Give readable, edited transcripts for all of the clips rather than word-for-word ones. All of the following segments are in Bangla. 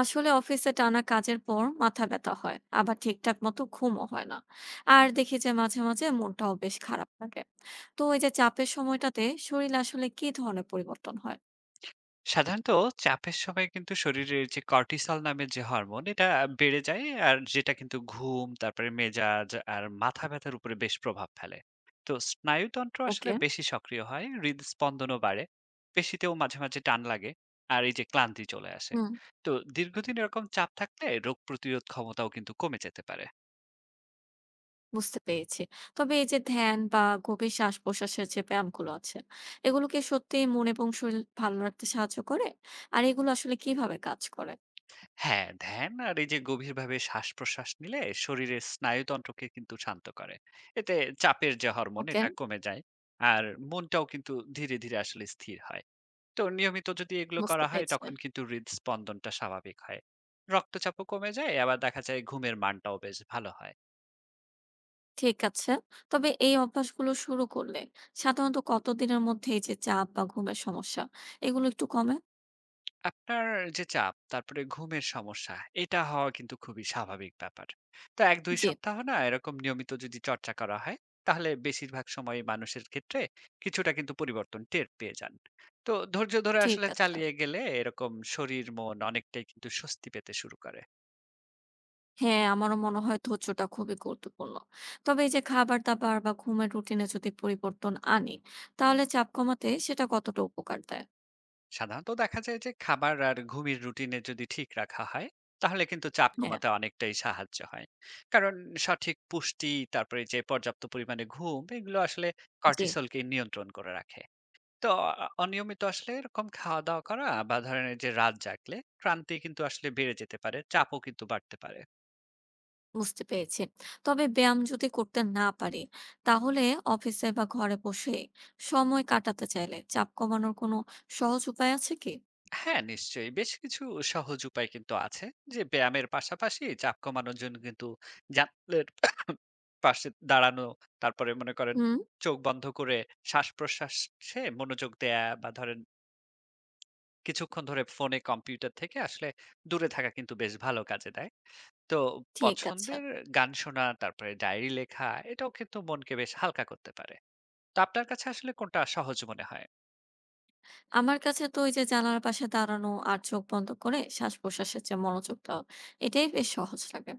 আসলে অফিসে টানা কাজের পর মাথা ব্যথা হয়, আবার ঠিকঠাক মতো ঘুমও হয় না। আর দেখি যে মাঝে মাঝে মনটাও বেশ খারাপ লাগে। তো ওই যে চাপের সময়টাতে শরীর আসলে কি ধরনের পরিবর্তন হয়? সাধারণত চাপের সময় কিন্তু শরীরের যে কর্টিসল নামের যে হরমোন এটা বেড়ে যায় আর যেটা কিন্তু ঘুম তারপরে মেজাজ আর মাথা ব্যথার উপরে বেশ প্রভাব ফেলে। তো স্নায়ুতন্ত্র আসলে ওকে। বেশি সক্রিয় হয়, হৃদস্পন্দনও বাড়ে। পেশিতেও মাঝে মাঝে টান লাগে আর এই যে ক্লান্তি চলে আসে। হুম। তো দীর্ঘদিন এরকম চাপ থাকলে রোগ প্রতিরোধ ক্ষমতাও কিন্তু কমে যেতে পারে। বুঝতে পেরেছি। তবে এই যে ধ্যান বা গভীর শ্বাস প্রশ্বাসের যে ব্যায়ামগুলো আছে, এগুলোকে সত্যি মন এবং শরীর ভালো রাখতে সাহায্য করে। আর এগুলো আসলে কিভাবে কাজ করে? হ্যাঁ, ধ্যান আর এই যে গভীরভাবে শ্বাস-প্রশ্বাস নিলে শরীরের স্নায়ুতন্ত্রকে কিন্তু শান্ত করে। এতে চাপের যে হরমোন ওকে। এটা কমে যায়। আর মনটাও কিন্তু ধীরে, ধীরে আসলে স্থির হয়। তো নিয়মিত যদি এগুলো বুঝতে করা হয় পেরেছি। তখন কিন্তু হৃদস্পন্দনটা স্বাভাবিক হয়। রক্তচাপও কমে যায় আবার দেখা যায় ঘুমের মানটাও বেশ ভালো হয়। ঠিক আছে। তবে এই অভ্যাসগুলো শুরু করলে সাধারণত কতদিনের মধ্যে এই যে চাপ বা ঘুমের সমস্যা এগুলো একটু কমে? আপনার যে চাপ, তারপরে ঘুমের সমস্যা, এটা হওয়া কিন্তু খুবই স্বাভাবিক ব্যাপার। তো ১-২ জি। সপ্তাহ না এরকম নিয়মিত যদি চর্চা করা হয়, তাহলে বেশিরভাগ সময় মানুষের ক্ষেত্রে কিছুটা কিন্তু পরিবর্তন টের পেয়ে যান। তো ধৈর্য ধরে ঠিক আসলে আছে। চালিয়ে গেলে এরকম শরীর, মন অনেকটাই কিন্তু স্বস্তি পেতে শুরু করে। হ্যাঁ, আমারও মনে হয় ধৈর্যটা খুবই গুরুত্বপূর্ণ। তবে এই যে খাবার-দাবার বা ঘুমের রুটিনে যদি পরিবর্তন আনি, তাহলে চাপ কমাতে সেটা কতটা উপকার দেয়? সাধারণত দেখা যায় যে খাবার আর ঘুমের রুটিনে যদি ঠিক রাখা হয় তাহলে কিন্তু চাপ হ্যাঁ। কমাতে অনেকটাই সাহায্য হয়। কারণ সঠিক পুষ্টি তারপরে যে পর্যাপ্ত পরিমাণে ঘুম এগুলো আসলে জি। কর্টিসলকে নিয়ন্ত্রণ করে রাখে। তো অনিয়মিত আসলে এরকম খাওয়া দাওয়া করা বা ধরনের যে রাত জাগলে ক্লান্তি কিন্তু আসলে বেড়ে যেতে পারে, চাপও কিন্তু বাড়তে পারে। বুঝতে পেরেছি। তবে ব্যায়াম যদি করতে না পারি, তাহলে অফিসে বা ঘরে বসে সময় কাটাতে চাইলে চাপ কমানোর কোনো সহজ উপায় আছে কি? হ্যাঁ নিশ্চয়ই বেশ কিছু সহজ উপায় কিন্তু আছে। যে ব্যায়ামের পাশাপাশি চাপ কমানোর জন্য কিন্তু জানলার পাশে দাঁড়ানো, তারপরে মনে করেন হুম। চোখ বন্ধ করে শ্বাস প্রশ্বাসে মনোযোগ দেয়া, বা ধরেন কিছুক্ষণ ধরে ফোনে কম্পিউটার থেকে আসলে দূরে থাকা কিন্তু বেশ ভালো কাজে দেয়। তো ঠিক আছে। পছন্দের গান শোনা তারপরে ডায়েরি লেখা এটাও কিন্তু মনকে বেশ হালকা করতে পারে। তো আপনার কাছে আসলে কোনটা সহজ মনে হয়? আমার কাছে তো ওই যে জানালার পাশে দাঁড়ানো আর চোখ বন্ধ করে শ্বাস-প্রশ্বাসের যে মনোযোগটা, এটাই বেশ সহজ লাগে।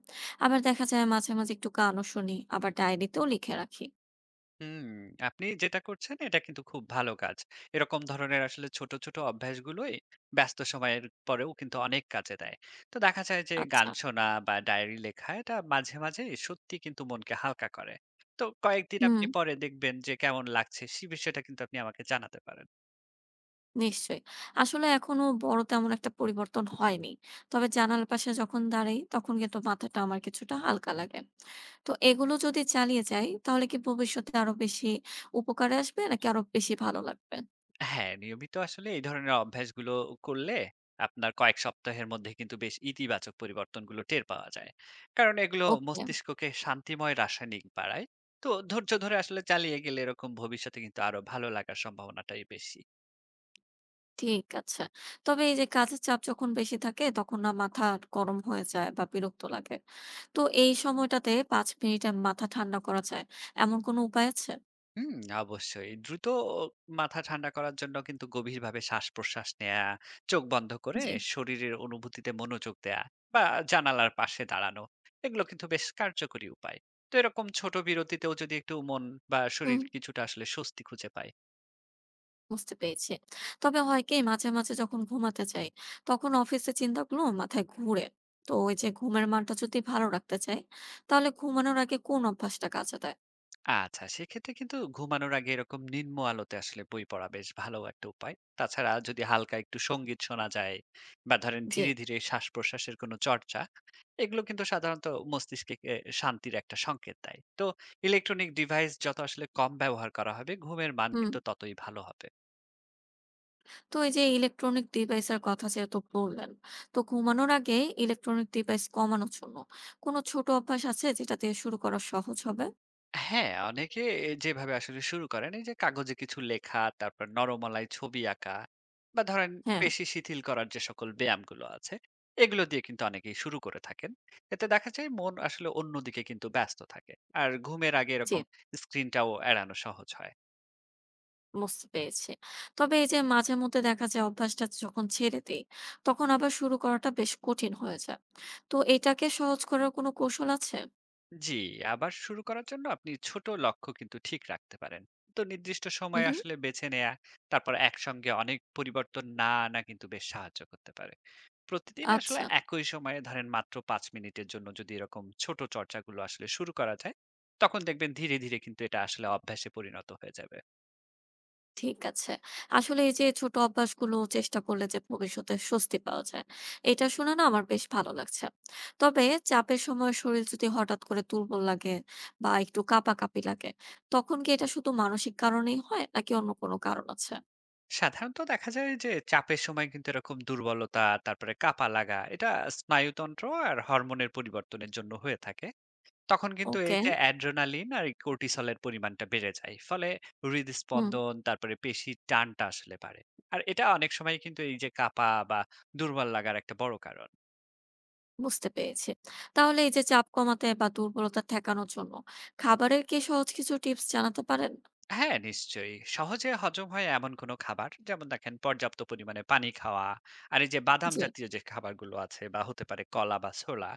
আবার দেখা যায় মাঝে, মাঝে একটু গানও শুনি, আবার ডায়েরিতেও লিখে রাখি। হুম, আপনি যেটা করছেন এটা কিন্তু খুব ভালো কাজ। এরকম ধরনের আসলে ছোট, ছোট অভ্যাসগুলোই ব্যস্ত সময়ের পরেও কিন্তু অনেক কাজে দেয়। তো দেখা যায় যে গান আচ্ছা। শোনা বা ডায়েরি লেখা এটা মাঝে, মাঝে সত্যি কিন্তু মনকে হালকা করে। তো কয়েকদিন আপনি হুম, পরে দেখবেন যে কেমন লাগছে সে বিষয়টা কিন্তু আপনি আমাকে জানাতে পারেন। নিশ্চয়ই। আসলে এখনো বড় তেমন একটা পরিবর্তন হয়নি। তবে জানালার পাশে যখন দাঁড়াই, তখন কিন্তু মাথাটা আমার কিছুটা হালকা লাগে। তো এগুলো যদি চালিয়ে যাই, তাহলে কি ভবিষ্যতে আরো বেশি উপকারে আসবে নাকি আরো বেশি ভালো লাগবে? হ্যাঁ, নিয়মিত আসলে এই ধরনের অভ্যাসগুলো করলে আপনার কয়েক সপ্তাহের মধ্যে কিন্তু বেশ ইতিবাচক পরিবর্তনগুলো টের পাওয়া যায়। কারণ এগুলো ওকে। মস্তিষ্ককে শান্তিময় রাসায়নিক বাড়ায়। তো ধৈর্য ধরে আসলে চালিয়ে গেলে এরকম ভবিষ্যতে কিন্তু আরো ভালো লাগার সম্ভাবনাটাই বেশি। ঠিক আছে। তবে এই যে কাজের চাপ যখন বেশি থাকে তখন না মাথা গরম হয়ে যায় বা বিরক্ত লাগে। তো এই সময়টাতে ৫ মিনিটে মাথা ঠান্ডা করা যায় এমন কোনো উপায় আছে? হুম, অবশ্যই। দ্রুত মাথা ঠান্ডা করার জন্য কিন্তু গভীরভাবে শ্বাস-প্রশ্বাস নেয়া, চোখ বন্ধ করে জি। শরীরের অনুভূতিতে মনোযোগ দেয়া, বা জানালার পাশে দাঁড়ানো। এগুলো কিন্তু বেশ কার্যকরী উপায়। তো এরকম ছোট বিরতিতেও যদি একটু মন বা শরীর হুম, কিছুটা আসলে স্বস্তি খুঁজে পায়। বুঝতে পেরেছি। তবে হয় কি মাঝে, মাঝে যখন ঘুমাতে যাই তখন অফিসের চিন্তাগুলো মাথায় ঘুরে। তো ওই যে ঘুমের মানটা যদি ভালো রাখতে চাই তাহলে ঘুমানোর আগে কোন অভ্যাসটা কাজে দেয়? আচ্ছা, সেক্ষেত্রে কিন্তু ঘুমানোর আগে এরকম নিম্ন আলোতে আসলে বই পড়া বেশ ভালো একটা উপায়। তাছাড়া যদি হালকা একটু সঙ্গীত শোনা যায় বা ধরেন জি। ধীরে, ধীরে শ্বাস-প্রশ্বাসের কোনো চর্চা, এগুলো কিন্তু সাধারণত মস্তিষ্কে এ শান্তির একটা সংকেত দেয়। তো ইলেকট্রনিক ডিভাইস যত আসলে কম ব্যবহার করা হবে, ঘুমের মান হুম। কিন্তু ততই ভালো হবে। তো এই যে ইলেকট্রনিক ডিভাইসের কথা যেহেতু বললেন, তো ঘুমানোর আগে ইলেকট্রনিক ডিভাইস কমানোর জন্য কোনো ছোট অভ্যাস আছে যেটা দিয়ে শুরু করা সহজ হবে? হ্যাঁ, অনেকে যেভাবে আসলে শুরু করেন এই যে কাগজে কিছু লেখা, তারপর নরমালায় ছবি আঁকা, বা ধরেন হ্যাঁ। পেশি শিথিল করার যে সকল ব্যায়ামগুলো আছে, এগুলো দিয়ে কিন্তু অনেকেই শুরু করে থাকেন। এতে দেখা যায় মন আসলে অন্যদিকে কিন্তু ব্যস্ত থাকে। আর ঘুমের আগে জি, এরকম স্ক্রিনটাও এড়ানো সহজ হয়। বুঝতে পেরেছি। তবে এই যে মাঝে মধ্যে দেখা যায় অভ্যাসটা যখন ছেড়ে দেই, তখন আবার শুরু করাটা বেশ কঠিন হয়ে যায়। তো এটাকে সহজ করার কোনো কৌশল আছে? জি, আবার শুরু করার জন্য আপনি ছোট লক্ষ্য কিন্তু ঠিক রাখতে পারেন। তো নির্দিষ্ট হুম, সময় হুম। আসলে বেছে নেয়া, তারপর একসঙ্গে অনেক পরিবর্তন না আনা কিন্তু বেশ সাহায্য করতে পারে। প্রতিদিন আসলে আচ্ছা। একই সময়ে ধরেন মাত্র ৫ মিনিটের জন্য যদি এরকম ছোট চর্চাগুলো আসলে শুরু করা যায়, তখন দেখবেন ধীরে ধীরে কিন্তু এটা আসলে অভ্যাসে পরিণত হয়ে যাবে। ঠিক আছে। আসলে এই যে ছোট অভ্যাসগুলো চেষ্টা করলে যে ভবিষ্যতে স্বস্তি পাওয়া যায়, এটা শুনে না আমার বেশ ভালো লাগছে। তবে চাপের সময় শরীর যদি হঠাৎ করে দুর্বল লাগে বা একটু কাঁপাকাঁপি লাগে, তখন কি এটা শুধু মানসিক কারণেই হয় নাকি অন্য কোনো কারণ আছে? সাধারণত দেখা যায় যে চাপের সময় কিন্তু এরকম দুর্বলতা তারপরে কাঁপা লাগা এটা স্নায়ুতন্ত্র আর হরমোনের পরিবর্তনের জন্য হয়ে থাকে। তখন কিন্তু এই ওকে। যে অ্যাড্রেনালিন আর কর্টিসল এর পরিমাণটা বেড়ে যায়। ফলে হুম, হৃদস্পন্দন, তারপরে পেশির টানটা আসলে বাড়ে। আর এটা অনেক সময় কিন্তু এই যে কাঁপা বা দুর্বল লাগার একটা বড় কারণ। বুঝতে পেরেছি। তাহলে এই যে চাপ কমাতে বা দুর্বলতা ঠেকানোর জন্য খাবারের কি সহজ কিছু টিপস জানাতে পারেন? হ্যাঁ, নিশ্চয়ই। সহজে হজম হয় এমন কোনো খাবার, যেমন দেখেন পর্যাপ্ত পরিমাণে পানি খাওয়া আর এই যে বাদাম জি। জাতীয় যে খাবারগুলো আছে, বা হতে পারে কলা বা ছোলা,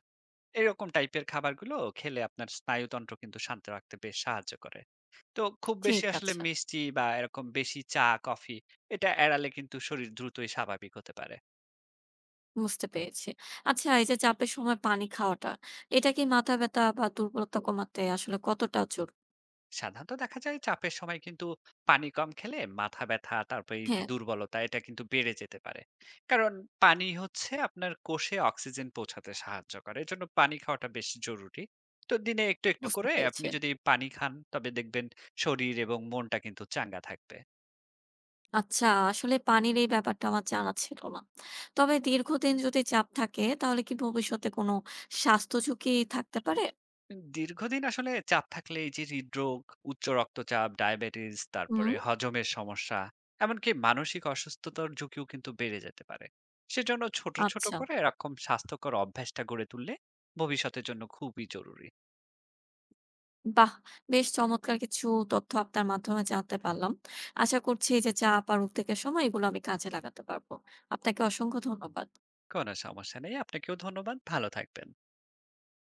এরকম টাইপের খাবারগুলো খেলে আপনার স্নায়ুতন্ত্র কিন্তু শান্ত রাখতে বেশ সাহায্য করে। তো খুব বেশি ঠিক আসলে আছে। মিষ্টি বা এরকম বেশি চা, কফি, এটা এড়ালে কিন্তু শরীর দ্রুতই স্বাভাবিক হতে পারে। বুঝতে পেরেছি। আচ্ছা, এই যে চাপের সময় পানি খাওয়াটা, এটা কি মাথা ব্যাথা বা দুর্বলতা কমাতে আসলে কতটা জরুরি? সাধারণত দেখা যায় চাপের সময় কিন্তু পানি কম খেলে মাথা ব্যথা, তারপর এই যে হ্যাঁ, দুর্বলতা এটা কিন্তু বেড়ে যেতে পারে। কারণ পানি হচ্ছে আপনার কোষে অক্সিজেন পৌঁছাতে সাহায্য করে। এজন্য পানি খাওয়াটা বেশ জরুরি। তো দিনে একটু, একটু বুঝতে করে আপনি পেরেছি। যদি পানি খান তবে দেখবেন শরীর এবং মনটা কিন্তু চাঙ্গা থাকবে। আচ্ছা, আসলে পানির এই ব্যাপারটা আমার জানা ছিল না। তবে দীর্ঘদিন যদি চাপ থাকে তাহলে কি ভবিষ্যতে কোনো স্বাস্থ্য ঝুঁকি থাকতে পারে? দীর্ঘদিন আসলে চাপ থাকলে এই যে হৃদরোগ, উচ্চ রক্তচাপ, ডায়াবেটিস, তারপরে হুম। হজমের সমস্যা, এমনকি মানসিক অসুস্থতার ঝুঁকিও কিন্তু বেড়ে যেতে পারে। সেজন্য ছোট, ছোট আচ্ছা। করে এরকম স্বাস্থ্যকর অভ্যাসটা গড়ে তুললে ভবিষ্যতের জন্য খুবই জরুরি। বাহ! বেশ চমৎকার কিছু তথ্য আপনার মাধ্যমে জানতে পারলাম। আশা করছি এই যে চাপ আর উদ্বেগের সময় এগুলো আমি কাজে লাগাতে পারবো। আপনাকে অসংখ্য ধন্যবাদ। কোনো সমস্যা নেই। আপনাকেও ধন্যবাদ। ভালো থাকবেন।